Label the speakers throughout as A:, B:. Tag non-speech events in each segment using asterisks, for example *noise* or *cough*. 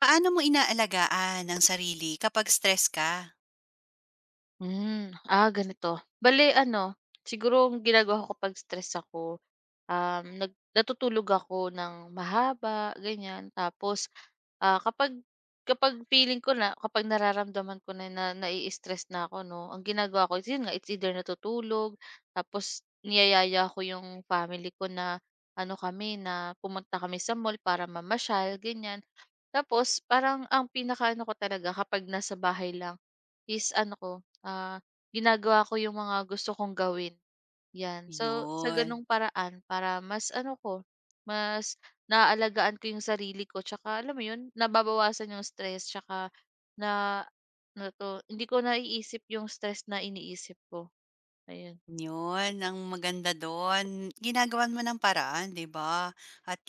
A: Paano mo inaalagaan ang sarili kapag stress ka?
B: Ganito. Bale ano, siguro ang ginagawa ko kapag stress ako, natutulog ako ng mahaba, ganyan. Tapos, kapag kapag feeling ko na kapag nararamdaman ko na nai-stress na ako 'no, ang ginagawa ko is yun nga, it's either natutulog, tapos niyayaya ko yung family ko na ano kami, na pumunta kami sa mall para mamasyal, ganyan. Tapos parang ang pinakaano ko talaga kapag nasa bahay lang is ano ko, ah, ginagawa ko yung mga gusto kong gawin. 'Yan, so sa
A: Yun,
B: gano'ng paraan para mas ano ko, mas naaalagaan ko 'yung sarili ko tsaka alam mo 'yun, nababawasan 'yung stress tsaka na na 'to, hindi ko naiisip 'yung stress na iniisip ko, ayun.
A: yun ang maganda do'n. Ginagawan mo ng paraan, 'di ba? At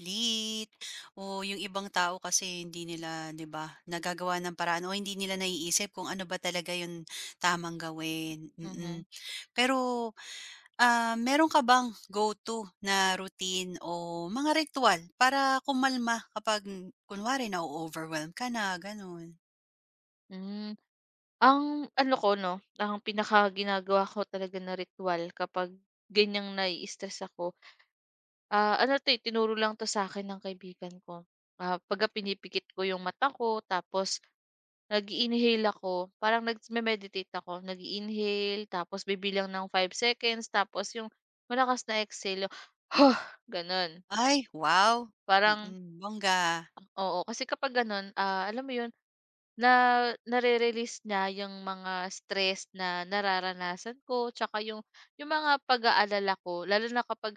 A: o yung ibang tao kasi hindi nila, 'di ba, nagagawa ng paraan o hindi nila naiisip kung ano ba talaga yung tamang gawin, mm.
B: Mhm,
A: Pero, meron ka bang go-to na routine o mga ritual para kumalma kapag kunwari na-o-overwhelm ka na, gano'n?
B: hmm. Ang ano ko 'no, ang pinakaginagawa ko talaga na ritual kapag ganiyang nai-stress ako. Ano 'to, eh, tinuro lang 'to sa akin ng kaibigan ko. Pagka pinipikit ko yung mata ko tapos nag-i-inhale ako, parang nagme-meditate ako, nag inhale tapos bibilang ng 5 seconds tapos yung malakas na exhale, yung, *sighs* "Huh," gano'n.
A: Ay, wow!
B: Parang
A: Mm, bongga.
B: oo, kasi kapag gano'n, alam mo 'yun na nare-release niya yung mga stress na nararanasan ko tsaka yung mga pag-aalala ko lalo na kapag,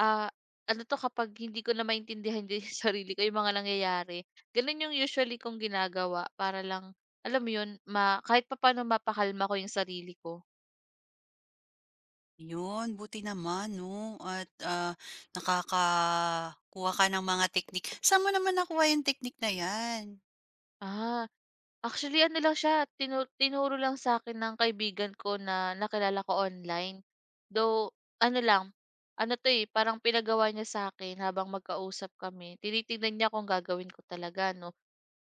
B: ah, ano 'to kapag hindi ko na maintindihan din yung *laughs* sarili ko, yung mga nangyayari. Gano'n yung usually kong ginagawa para lang alam mo 'yun ma kahit papaano mapakalma ko yung sarili ko.
A: 'Yun, buti naman 'no at, nakakakuha ka ng mga teknik. Saan mo naman nakuha yung teknik na 'yan?
B: Ah, Actually ano lang siya, tinuro lang sa akin ng kaibigan ko na nakilala ko online. Though ano lang, ano 'to, eh, parang pinagawa niya sa akin habang magkausap kami. Tinitingnan niya kung gagawin ko talaga 'no.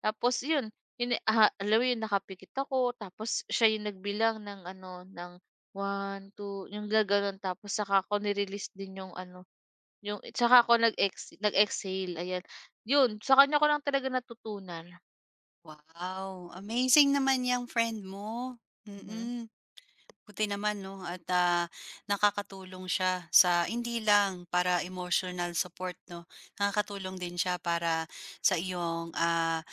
B: Tapos 'yun, 'yun, alam mo 'yun, nakapikit ako tapos siya 'yung nagbilang ng ano, ng one 2, 'yung gaganon tapos saka ko ni-release din 'yung ano, 'yung saka ako nag-exhale, ayan. 'Yun, sa kanya ko lang talaga natutunan.
A: Wow, amazing naman yung friend mo.
B: Mhm.
A: Mm. Buti naman 'no at, nakakatulong siya sa hindi lang para emotional support 'no, nakakatulong din siya para sa iyong,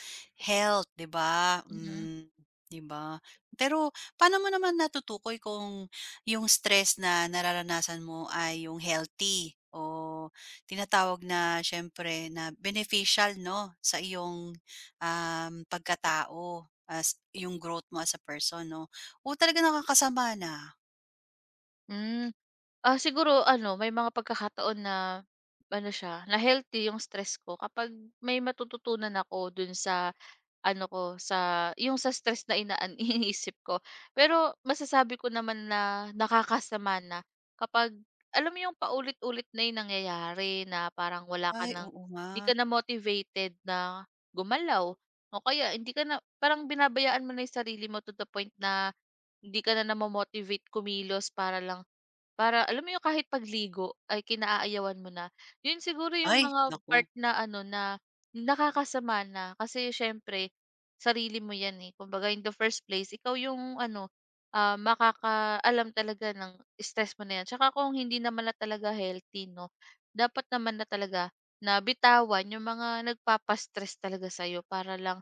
A: health, 'di ba?
B: Mhm.
A: Hmm, 'di ba? Pero paano mo naman natutukoy kung yung stress na nararanasan mo ay yung healthy o tinatawag na siyempre na beneficial 'no sa iyong, pagkatao as yung growth mo as a person 'no? Oo, talagang nakakasama na.
B: Mm. Hmm. Siguro ano, may mga pagkakataon na ano siya, na healthy yung stress ko kapag may matututunan ako dun sa ano ko, sa yung sa stress na *laughs* iniisip ko. Pero masasabi ko naman na nakakasama na kapag alam mo yung paulit-ulit na yung nangyayari na parang wala ka
A: Ay,
B: ng
A: oo nga.
B: hindi ka na motivated na gumalaw o kaya hindi ka na parang binabayaan mo na yung sarili mo to the point na hindi ka na namomotivate kumilos para lang para alam mo yung kahit pagligo ay kinaayawan mo na. Yun siguro yung
A: Ay,
B: mga
A: naku,
B: part na ano na nakakasama na kasi siyempre sarili mo yan, eh. Kumbaga in the first place ikaw yung ano, makakaalam talaga ng stress mo na yan. Tsaka kung hindi naman na talaga healthy 'no, dapat naman na talaga na bitawan yung mga nagpapastress stress talaga sa'yo para lang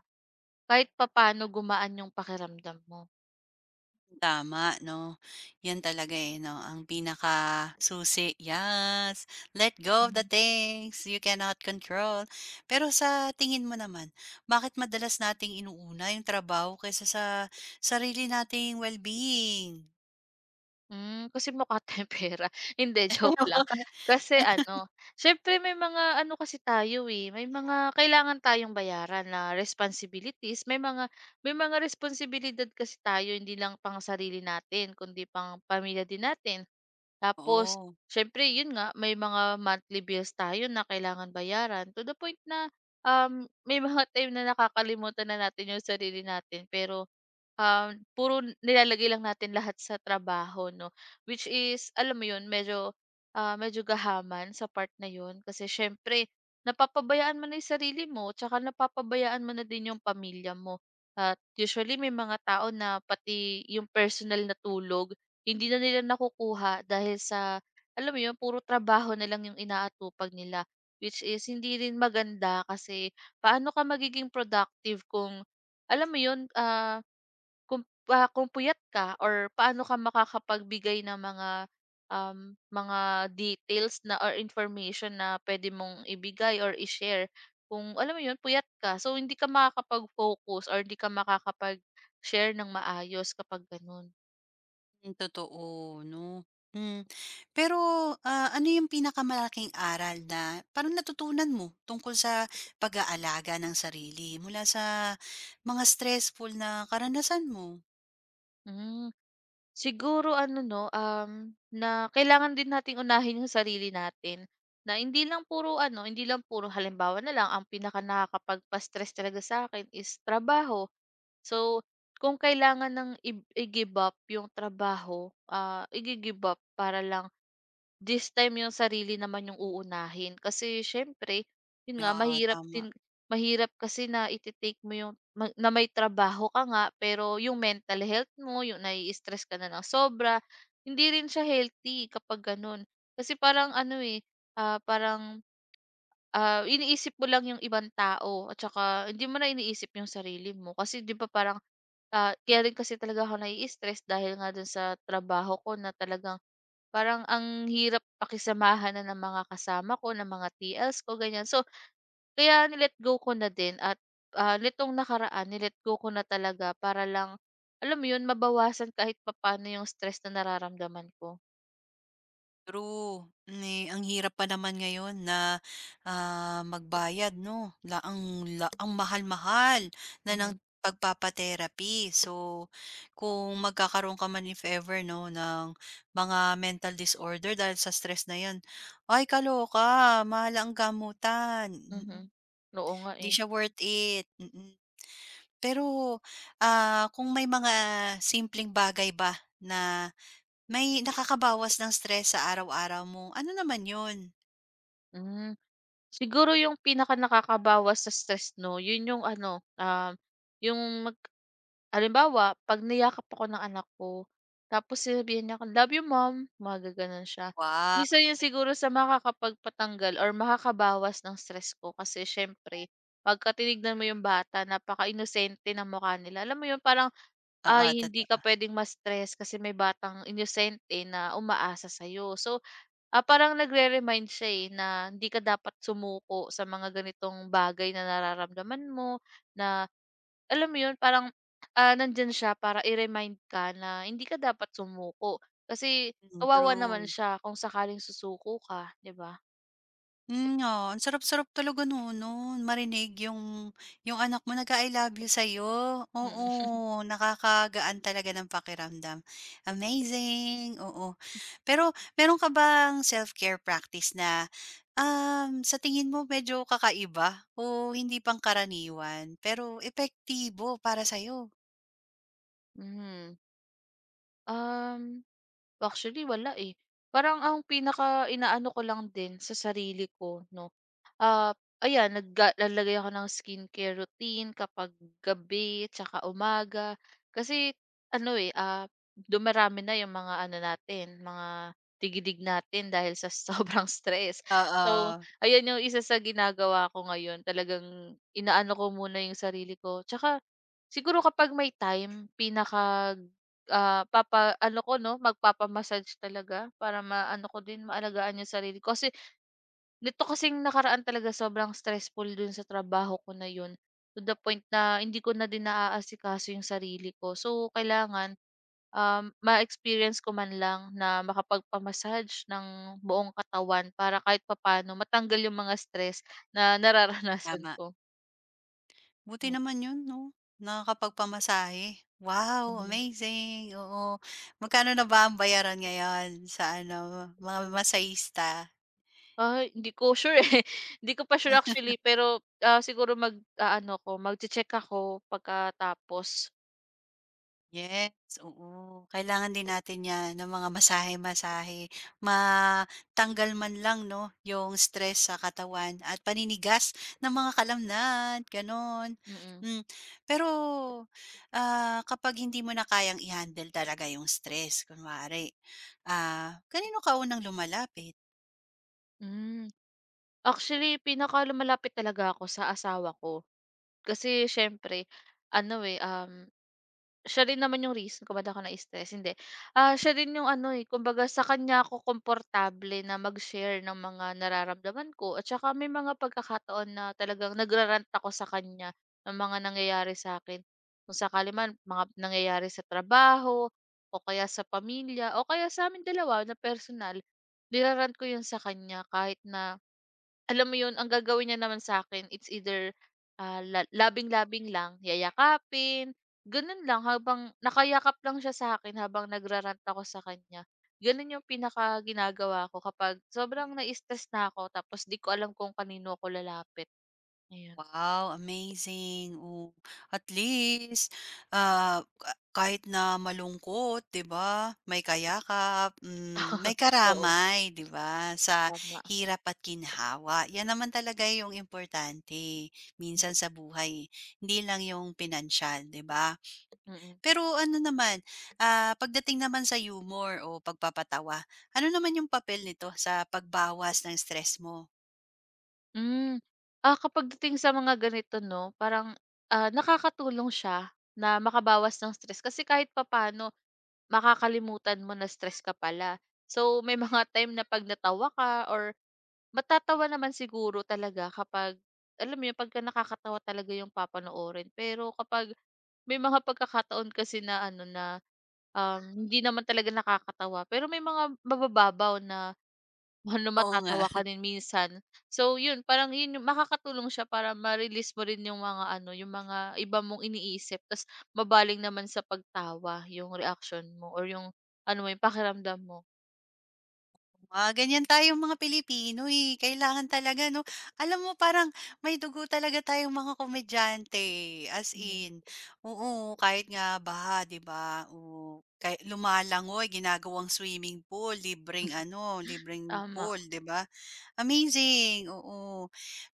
B: kahit papaano gumaan yung pakiramdam mo.
A: tama 'no. 'Yan talaga, eh, 'no, ang pinakasusi, yes. Let go of the things you cannot control. Pero sa tingin mo naman, bakit madalas nating inuuna yung trabaho kaysa sa sarili nating well-being?
B: Kasi mukha *laughs* tayong pera. Hindi, joke lang.
A: *laughs*
B: Kasi ano, siyempre may mga ano kasi tayo, eh, may mga kailangan tayong bayaran na responsibilities. May mga responsibilidad kasi tayo hindi lang pang sarili natin kundi pang pamilya din natin. Tapos
A: Oo.
B: siyempre yun nga may mga monthly bills tayo na kailangan bayaran to the point na, may *laughs* mga time na nakakalimutan na natin yung sarili natin pero, puro nilalagay lang natin lahat sa trabaho 'no, which is alam mo yun medyo, medyo gahaman sa part na yun kasi siyempre napapabayaan mo na yung sarili mo tsaka napapabayaan mo na din yung pamilya mo. At usually may mga tao na pati yung personal na tulog hindi na nila nakukuha dahil sa alam mo 'yun, puro trabaho na lang 'yung inaatupag nila, which is hindi rin maganda kasi paano ka magiging productive kung alam mo 'yun, kung puyat ka or paano ka makakapagbigay ng mga, mga details na or information na pwede mong ibigay or i-share kung alam mo 'yun, puyat ka. So, hindi ka makakapag-focus or hindi ka makakapag-share ng maayos kapag gano'n.
A: Hmm, totoo 'no. Hmm. Pero, ano yung pinakamalaking aral na parang natutunan mo tungkol sa pag-aalaga ng sarili mula sa mga stressful na karanasan mo?
B: Hmm. Siguro ano 'no, na kailangan din nating unahin yung sarili natin, na hindi lang puro ano, hindi lang puro halimbawa na lang ang pinaka nakakapagpa-stress talaga sa akin is trabaho. So, kung kailangan ng i-give up yung trabaho, igi-give up para lang. This time yung sarili naman yung uunahin kasi siyempre, yun nga
A: Yeah,
B: mahirap
A: tama.
B: din mahirap kasi na ite-take mo yung ma na may trabaho ka nga pero yung mental health mo, yung nai-stress ka na ng sobra, hindi rin siya healthy kapag gano'n. Kasi parang ano, eh, parang, iniisip mo lang yung ibang tao at saka hindi mo na iniisip yung sarili mo. Kasi 'di ba parang, kaya rin kasi talaga ako nai-stress dahil nga dun sa trabaho ko na talagang parang ang hirap pakisamahan na ng mga kasama ko, ng mga TLs ko, ganyan. So, kaya ni-let go ko na din at, nitong nakaraan ni-let go ko na talaga para lang, alam mo 'yun, mabawasan kahit papaano yung stress na nararamdaman ko.
A: True. Ni ang hirap pa naman ngayon na, magbayad 'no, la ang mahal-mahal na ng
B: Mhm,
A: pagpapa-therapy. So, kung magkakaroon ka man if ever 'no, ng mga mental disorder dahil sa stress na 'yan, ay kaloka, mahal ang gamutan,
B: mhm.
A: mm.
B: Oo nga,
A: 'Di
B: eh.
A: siya worth it, mm. Mm. Pero, kung may mga simpleng bagay ba na may nakakabawas ng stress sa araw-araw mo, ano naman 'yun?
B: Hmm. Siguro yung pinakanakakabawas sa stress 'no, yun yung ano, yung mag halimbawa 'pag niyakap ako ng anak ko, tapos sinabihan niya ako, "Love you mom," magaganon siya.
A: Wow.
B: Isa yun siguro sa makakapagpatanggal or makakabawas ng stress ko kasi siyempre pagka tinignan mo yung bata napaka-inosente ng mukha nila. Alam mo yun parang,
A: Oo,
B: ay hindi
A: totoo.
B: ka pwedeng ma-stress kasi may batang inosente na umaasa sa'yo. So, parang nagre-remind siya, eh, na hindi ka dapat sumuko sa mga ganitong bagay na nararamdaman mo, na alam mo 'yun, parang, nandiyan siya para i-remind ka na hindi ka dapat sumuko. Kasi
A: Mm,
B: kawawa naman
A: true.
B: siya kung sakaling susuko ka, 'di ba?
A: Hmm, oh, ang sarap-sarap talaga no'n, 'no, marinig yung anak mo nag-a-I love you sa'yo, oo,
B: Mm.
A: nakakagaan talaga ng pakiramdam. Amazing, oo. Pero meron ka bang self-care practice na, sa tingin mo medyo kakaiba o hindi pangkaraniwan pero epektibo para sa'yo?
B: Mhm. Um, actually wala, eh. Parang ang pinaka-inaano ko lang din sa sarili ko 'no. Ayan naglalagay ako ng skincare routine kapag gabi tsaka umaga. Kasi ano, eh, dumarami na yung mga ano natin, mga tigidig natin dahil sa *laughs* sobrang stress. So,
A: Oo,
B: ayan yung isa sa ginagawa ko ngayon. Talagang inaano ko muna yung sarili ko. Tsaka siguro kapag may time pinaka, papa ano ko 'no, magpapa talaga para maano ko din, maalagaan yung sarili ko. Kasi nito kasing nakaraan talaga sobrang stressful dun sa trabaho ko na yun, to the point na hindi ko na din naaasikaso yung sarili ko. So, kailangan, ma-experience ko man lang na makapagpa-massage ng buong katawan para kahit papaano matanggal yung mga stress na *laughs* nararanasan
A: tama.
B: ko.
A: Buti
B: Hmm,
A: naman 'yun 'no, nakakapagpamasahe. Wow,
B: mhm.
A: amazing, oo. Magkano na ba ang bayaran ngayon sa ano, mga masahista?
B: Ay, hindi ko sure, eh, *laughs* hindi ko pa sure actually pero, siguro ano ko magche-check ako pagkatapos,
A: Yes, oo. Kailangan din natin 'yan ng mga masahe-masahe. Matanggal man lang 'no, yung stress sa katawan at paninigas ng mga kalamnan, gano'n.
B: mm.
A: Hmm, pero, kapag hindi mo na kayang i-handle talaga yung stress kunwari, kanino ka unang lumalapit?
B: Hmm. Actually, pinakalumalapit talaga ako sa asawa ko. Kasi siyempre ano, eh, siya rin naman yung reason kung ba't ako na-stress, hindi. Siya rin yung ano, eh, kumbaga sa kanya ako komportable na mag-share ng mga nararamdaman ko at saka may mga pagkakataon na talagang nagra ako sa kanya ng mga nangyayari sa akin, kung sakali man mga nangyayari sa trabaho o kaya sa pamilya o kaya sa amin dalawa na personal. Nirarant ko yun sa kanya kahit na, alam mo yun ang gagawin niya naman sa akin it's either, labing-labing lang, yayakapin, ganun lang habang nakayakap lang siya sa akin habang nagrarant ako sa kanya. Ganun yung pinaka ginagawa ko kapag sobrang na-stress na ako tapos di ko alam kung kanino ako lalapit, ayun.
A: Wow, amazing. Oo, at least, kahit na malungkot, 'di ba, may kayakap, hmm, may
B: *laughs* Oo,
A: karamay, 'di ba, sa
B: tama.
A: hirap at ginhawa. 'Yan naman talaga yung importante minsan
B: Hmm,
A: sa buhay, hindi lang yung pinansyal, 'di ba?
B: mm.
A: Pero ano naman, pagdating naman sa humor o pagpapatawa, ano naman yung papel nito sa pagbawas ng stress mo?
B: Hmm. Kapag dating sa mga ganito 'no, parang, nakakatulong siya na makabawas ng stress kasi kahit papaano makakalimutan mo na stress ka pala. So, may mga *laughs* time na 'pag natawa ka or matatawa naman siguro talaga kapag alam mo yun, pagka nakakatawa talaga yung papanoorin. Pero kapag may mga pagkakataon kasi na ano na hindi naman talaga nakakatawa pero may mga mabababaw na *laughs* ano,
A: Oo nga.
B: matatawa ka din minsan. So yun, parang yun yung makakatulong siya para ma-release mo rin yung mga ano, yung mga iba mong iniisip ta's mabaling naman sa pagtawa yung reaction mo or yung ano mo, yung pakiramdam mo.
A: Ah, ganyan tayong mga Pilipino, eh, kailangan talaga 'no. Alam mo parang may dugo talaga tayong mga komedyante, eh, as
B: Mhm.
A: in oo, kahit nga baha, 'di ba, oh, kay lumalangoy ginagawang swimming pool, libreng ano,
B: *laughs*
A: libreng
B: Tama.
A: pool, 'di ba? Amazing, oo.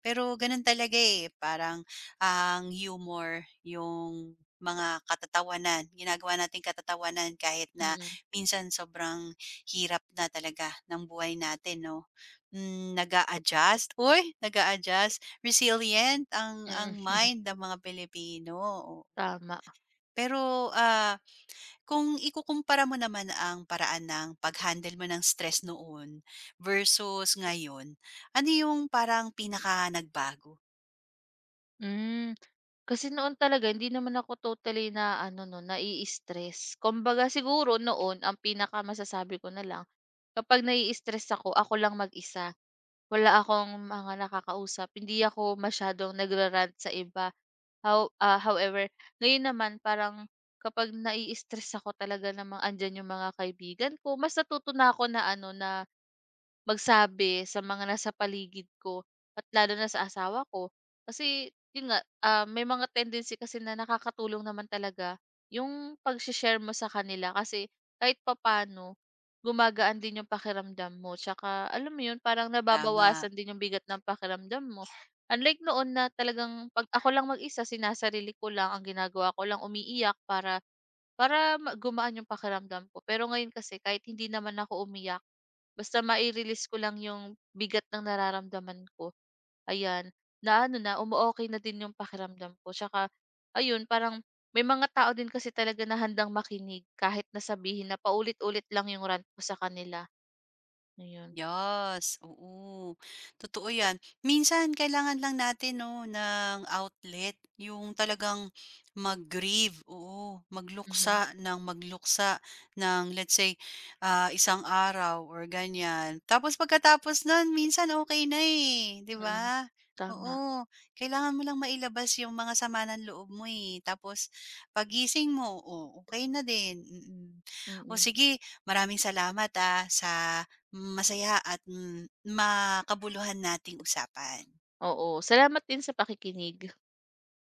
A: Pero gano'n talaga, eh, parang ang humor, yung mga katatawanan, ginagawa nating katatawanan kahit na
B: Mm.
A: minsan sobrang hirap na talaga ng buhay natin 'no. Hmm, nag-a-adjust, uy, nag-a-adjust, resilient ang
B: Mm.
A: mind ng mga Pilipino,
B: Tama.
A: pero, ah, kung ikukumpara mo naman ang paraan ng pag-handle mo ng stress noon versus ngayon, ano yung parang pinaka nagbago?
B: Hmm. Kasi noon talaga hindi naman ako totally na ano 'no, nai-stress. Kumbaga siguro noon ang pinakamasasabi ko na lang, kapag nai-stress ako, ako lang mag-isa. Wala akong mga nakakausap, hindi ako masyadong nagra sa iba. However, ngayon naman parang kapag nai-stress ako talaga namang andiyan yung mga kaibigan ko, mas natuto na ako na ano, na magsabi sa mga nasa paligid ko at lalo na sa asawa ko. Kasi yun nga, may mga tendency kasi na nakakatulong naman talaga yung pag share mo sa kanila kasi kahit papano, gumagaan din yung pakiramdam mo tsaka alam mo yun parang
A: Tama.
B: nababawasan din yung bigat ng pakiramdam mo. Unlike noon na talagang 'pag ako lang mag-isa sinasarili ko lang, ang ginagawa ko lang umiiyak para para ma gumaan yung pakiramdam ko. Pero ngayon kasi kahit hindi naman ako umiyak, basta mai-release ko lang yung bigat ng nararamdaman ko, ayan, na ano na, umo-okey na din yung pakiramdam ko. Tsaka ayun, parang may mga tao din kasi talaga na handang makinig kahit na sabihin na paulit-ulit lang yung rant ko sa kanila, ayun.
A: Yes, oo. Totoo 'yan. Minsan kailangan lang natin 'no ng outlet, yung talagang mag-grieve, oo,
B: Mhm,
A: magluksa ng let's say, isang araw or ganyan. Tapos pagkatapos nun minsan okay na, eh, 'di
B: mm.
A: ba?
B: Tama,
A: Oo, kailangan mo lang mailabas yung mga sama ng loob mo, eh. Tapos pagising mo, oo, okay na din, mm. Oh,
B: mm.
A: sige maraming salamat, sa masaya at mm, makabuluhan nating usapan.
B: Oo, salamat din sa pakikinig.